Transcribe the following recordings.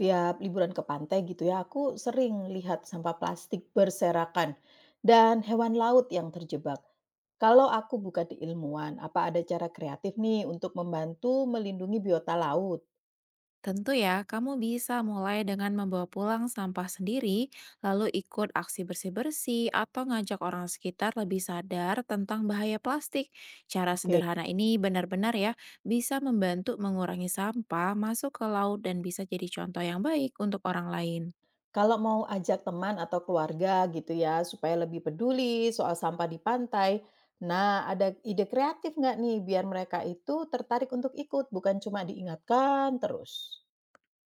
Tiap liburan ke pantai gitu ya, aku sering lihat sampah plastik berserakan dan hewan laut yang terjebak. Kalau aku bukan di ilmuwan, apa ada cara kreatif nih untuk membantu melindungi biota laut? Tentu ya, kamu bisa mulai dengan membawa pulang sampah sendiri, lalu ikut aksi bersih-bersih, atau ngajak orang sekitar lebih sadar tentang bahaya plastik. Cara Oke. sederhana ini benar-benar ya bisa membantu mengurangi sampah masuk ke laut dan bisa jadi contoh yang baik untuk orang lain. Kalau mau ajak teman atau keluarga gitu ya, supaya lebih peduli soal sampah di pantai, nah ada ide kreatif nggak nih biar mereka itu tertarik untuk ikut, bukan cuma diingatkan terus?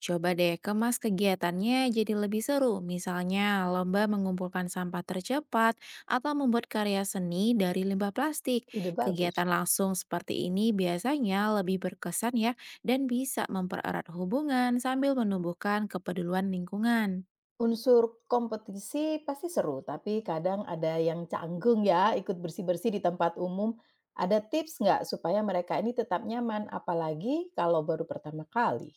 Coba deh kemas kegiatannya jadi lebih seru, misalnya lomba mengumpulkan sampah tercepat atau membuat karya seni dari limbah plastik. Ide bagus. Kegiatan langsung seperti ini biasanya lebih berkesan ya dan bisa mempererat hubungan sambil menumbuhkan kepedulian lingkungan. Unsur kompetisi pasti seru, tapi kadang ada yang canggung ya ikut bersih-bersih di tempat umum. Ada tips nggak supaya mereka ini tetap nyaman, apalagi kalau baru pertama kali?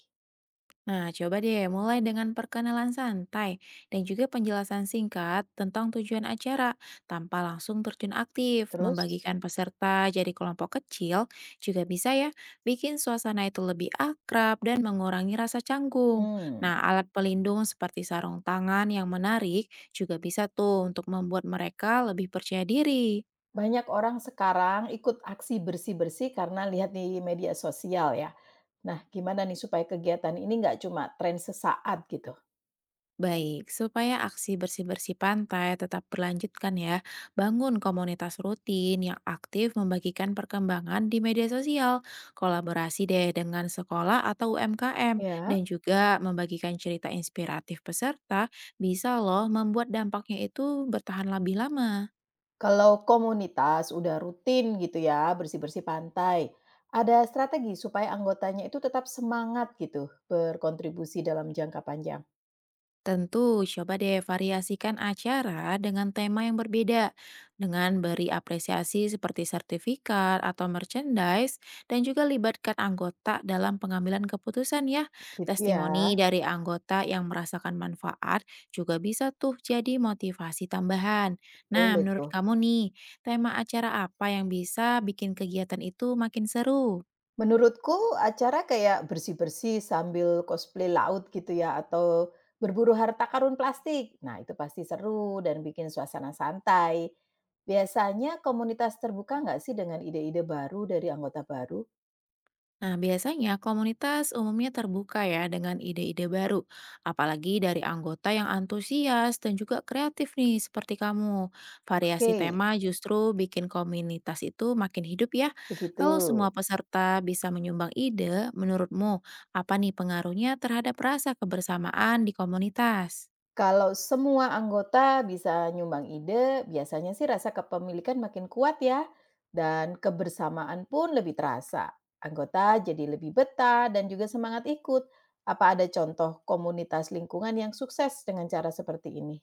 Nah, coba deh mulai dengan perkenalan santai dan juga penjelasan singkat tentang tujuan acara tanpa langsung terjun aktif. Terus, Membagikan peserta jadi kelompok kecil juga bisa ya bikin suasana itu lebih akrab dan mengurangi rasa canggung. hmm, Nah, alat pelindung seperti sarung tangan yang menarik juga bisa tuh untuk membuat mereka lebih percaya diri. Banyak orang sekarang ikut aksi bersih-bersih karena lihat di media sosial ya. Nah, gimana nih supaya kegiatan ini nggak cuma tren sesaat gitu? Baik, supaya aksi bersih-bersih pantai tetap berlanjutkan ya, bangun komunitas rutin yang aktif membagikan perkembangan di media sosial, kolaborasi deh dengan sekolah atau UMKM, Ya. dan juga membagikan cerita inspiratif peserta bisa loh membuat dampaknya itu bertahan lebih lama. Kalau komunitas udah rutin gitu ya, bersih-bersih pantai, ada strategi supaya anggotanya itu tetap semangat gitu berkontribusi dalam jangka panjang. Tentu, coba deh variasikan acara dengan tema yang berbeda, dengan beri apresiasi seperti sertifikat atau merchandise, dan juga libatkan anggota dalam pengambilan keputusan ya. Gitu ya, Testimoni dari anggota yang merasakan manfaat juga bisa tuh jadi motivasi tambahan. Nah, boleh menurut tuh. kamu nih, tema acara apa yang bisa bikin kegiatan itu makin seru? Menurutku acara kayak bersih-bersih sambil cosplay laut gitu ya, atau berburu harta karun plastik. Nah itu pasti seru dan bikin suasana santai. Biasanya komunitas terbuka nggak sih dengan ide-ide baru dari anggota baru? Nah, biasanya komunitas umumnya terbuka ya dengan ide-ide baru, apalagi dari anggota yang antusias dan juga kreatif nih seperti kamu. Variasi Oke, tema justru bikin komunitas itu makin hidup ya. begitu. Kalau semua peserta bisa menyumbang ide, menurutmu apa nih pengaruhnya terhadap rasa kebersamaan di komunitas? Kalau semua anggota bisa nyumbang ide, biasanya sih rasa kepemilikan makin kuat ya, dan kebersamaan pun lebih terasa. Anggota jadi lebih betah dan juga semangat ikut. Apa ada contoh komunitas lingkungan yang sukses dengan cara seperti ini?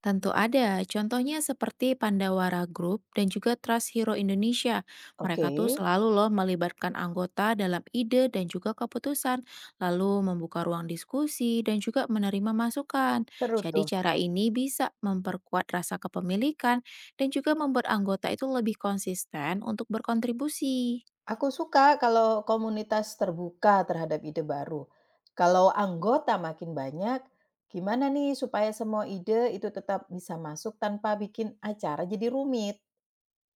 Tentu ada, contohnya seperti Pandawara Group dan juga Trust Hero Indonesia. Oke, Mereka tuh selalu loh melibatkan anggota dalam ide dan juga keputusan, lalu membuka ruang diskusi dan juga menerima masukan. seru Jadi tuh. cara ini bisa memperkuat rasa kepemilikan dan juga membuat anggota itu lebih konsisten untuk berkontribusi. Aku suka kalau komunitas terbuka terhadap ide baru. Kalau anggota makin banyak, gimana nih supaya semua ide itu tetap bisa masuk tanpa bikin acara jadi rumit?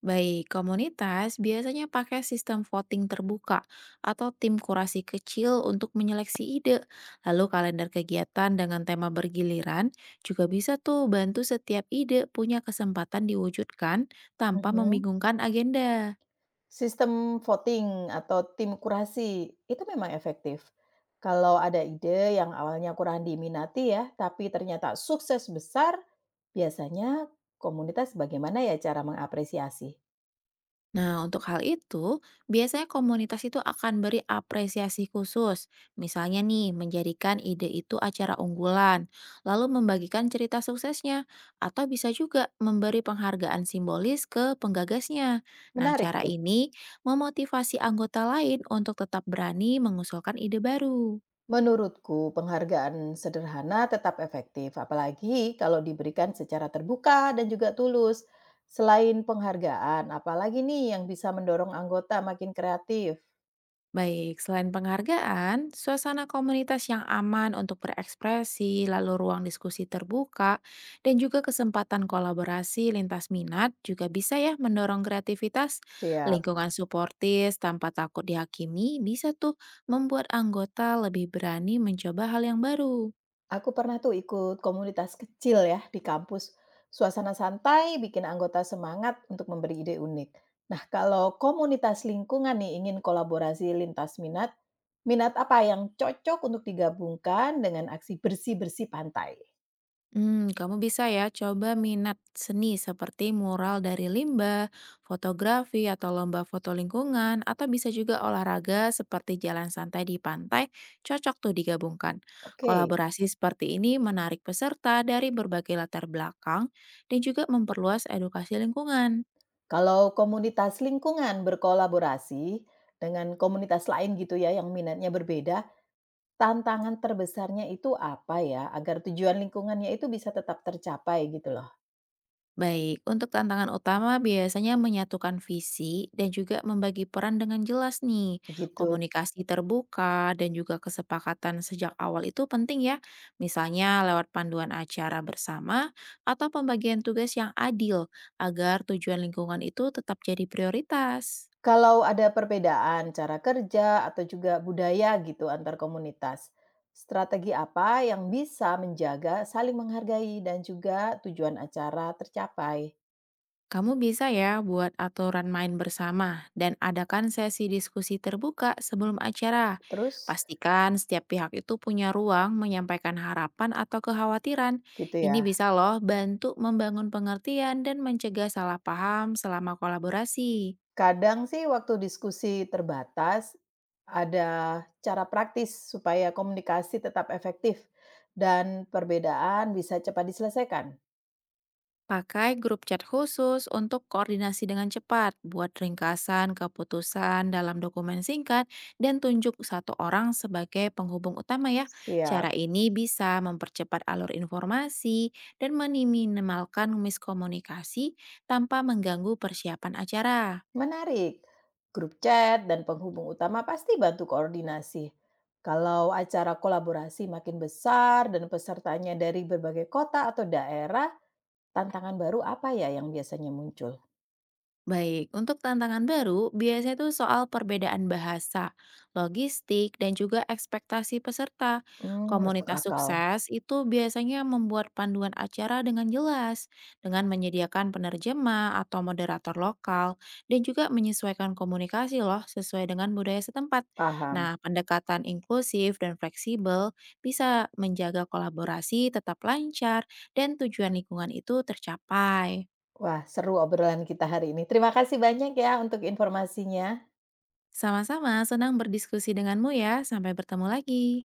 Baik, komunitas biasanya pakai sistem voting terbuka atau tim kurasi kecil untuk menyeleksi ide. Lalu kalender kegiatan dengan tema bergiliran juga bisa tuh bantu setiap ide punya kesempatan diwujudkan tanpa Mhm. membingungkan agenda. Sistem voting atau tim kurasi itu memang efektif. Kalau ada ide yang awalnya kurang diminati ya, tapi ternyata sukses besar, biasanya komunitas bagaimana ya cara mengapresiasi? Nah, untuk hal itu, biasanya komunitas itu akan beri apresiasi khusus. Misalnya nih, menjadikan ide itu acara unggulan, lalu membagikan cerita suksesnya, atau bisa juga memberi penghargaan simbolis ke penggagasnya. Nah, Menarik cara tuh. ini memotivasi anggota lain untuk tetap berani mengusulkan ide baru. Menurutku, penghargaan sederhana tetap efektif, apalagi kalau diberikan secara terbuka dan juga tulus. Selain penghargaan, apalagi nih yang bisa mendorong anggota makin kreatif? Baik, selain penghargaan, suasana komunitas yang aman untuk berekspresi, lalu ruang diskusi terbuka, dan juga kesempatan kolaborasi lintas minat juga bisa ya mendorong kreativitas. Siap. Lingkungan suportis tanpa takut dihakimi bisa tuh membuat anggota lebih berani mencoba hal yang baru. Aku pernah tuh ikut komunitas kecil ya di kampus. Suasana santai bikin anggota semangat untuk memberi ide unik. Nah, kalau komunitas lingkungan nih ingin kolaborasi lintas minat, minat apa yang cocok untuk digabungkan dengan aksi bersih-bersih pantai? Hmm, kamu bisa ya coba minat seni seperti mural dari limbah, fotografi atau lomba foto lingkungan, atau bisa juga olahraga seperti jalan santai di pantai, cocok tuh digabungkan. Oke, Kolaborasi seperti ini menarik peserta dari berbagai latar belakang dan juga memperluas edukasi lingkungan. kalau komunitas lingkungan berkolaborasi dengan komunitas lain gitu ya yang minatnya berbeda, tantangan terbesarnya itu apa ya agar tujuan lingkungannya itu bisa tetap tercapai gitu loh. Baik, untuk tantangan utama biasanya menyatukan visi dan juga membagi peran dengan jelas nih. Begitu. Komunikasi terbuka dan juga kesepakatan sejak awal itu penting ya. Misalnya lewat panduan acara bersama atau pembagian tugas yang adil agar tujuan lingkungan itu tetap jadi prioritas. Kalau ada perbedaan cara kerja atau juga budaya gitu antar komunitas, strategi apa yang bisa menjaga saling menghargai dan juga tujuan acara tercapai? Kamu bisa ya buat aturan main bersama dan adakan sesi diskusi terbuka sebelum acara. Terus Pastikan setiap pihak itu punya ruang menyampaikan harapan atau kekhawatiran. gitu ya. Ini bisa loh bantu membangun pengertian dan mencegah salah paham selama kolaborasi. Kadang sih waktu diskusi terbatas ada cara praktis supaya komunikasi tetap efektif dan perbedaan bisa cepat diselesaikan. Pakai grup chat khusus untuk koordinasi dengan cepat, buat ringkasan keputusan dalam dokumen singkat, dan tunjuk satu orang sebagai penghubung utama ya. Siap. Cara ini bisa mempercepat alur informasi dan meminimalkan miskomunikasi tanpa mengganggu persiapan acara. Menarik. Grup chat dan penghubung utama pasti bantu koordinasi. Kalau acara kolaborasi makin besar dan pesertanya dari berbagai kota atau daerah, tantangan baru apa ya yang biasanya muncul? Baik, untuk tantangan baru, biasanya itu soal perbedaan bahasa, logistik, dan juga ekspektasi peserta. Hmm, masuk Komunitas akal. sukses itu biasanya membuat panduan acara dengan jelas, dengan menyediakan penerjemah atau moderator lokal, dan juga menyesuaikan komunikasi loh sesuai dengan budaya setempat. Paham. Nah, pendekatan inklusif dan fleksibel bisa menjaga kolaborasi tetap lancar dan tujuan lingkungan itu tercapai. Wah, seru obrolan kita hari ini. Terima kasih banyak ya untuk informasinya. Sama-sama, senang berdiskusi denganmu ya. Sampai bertemu lagi.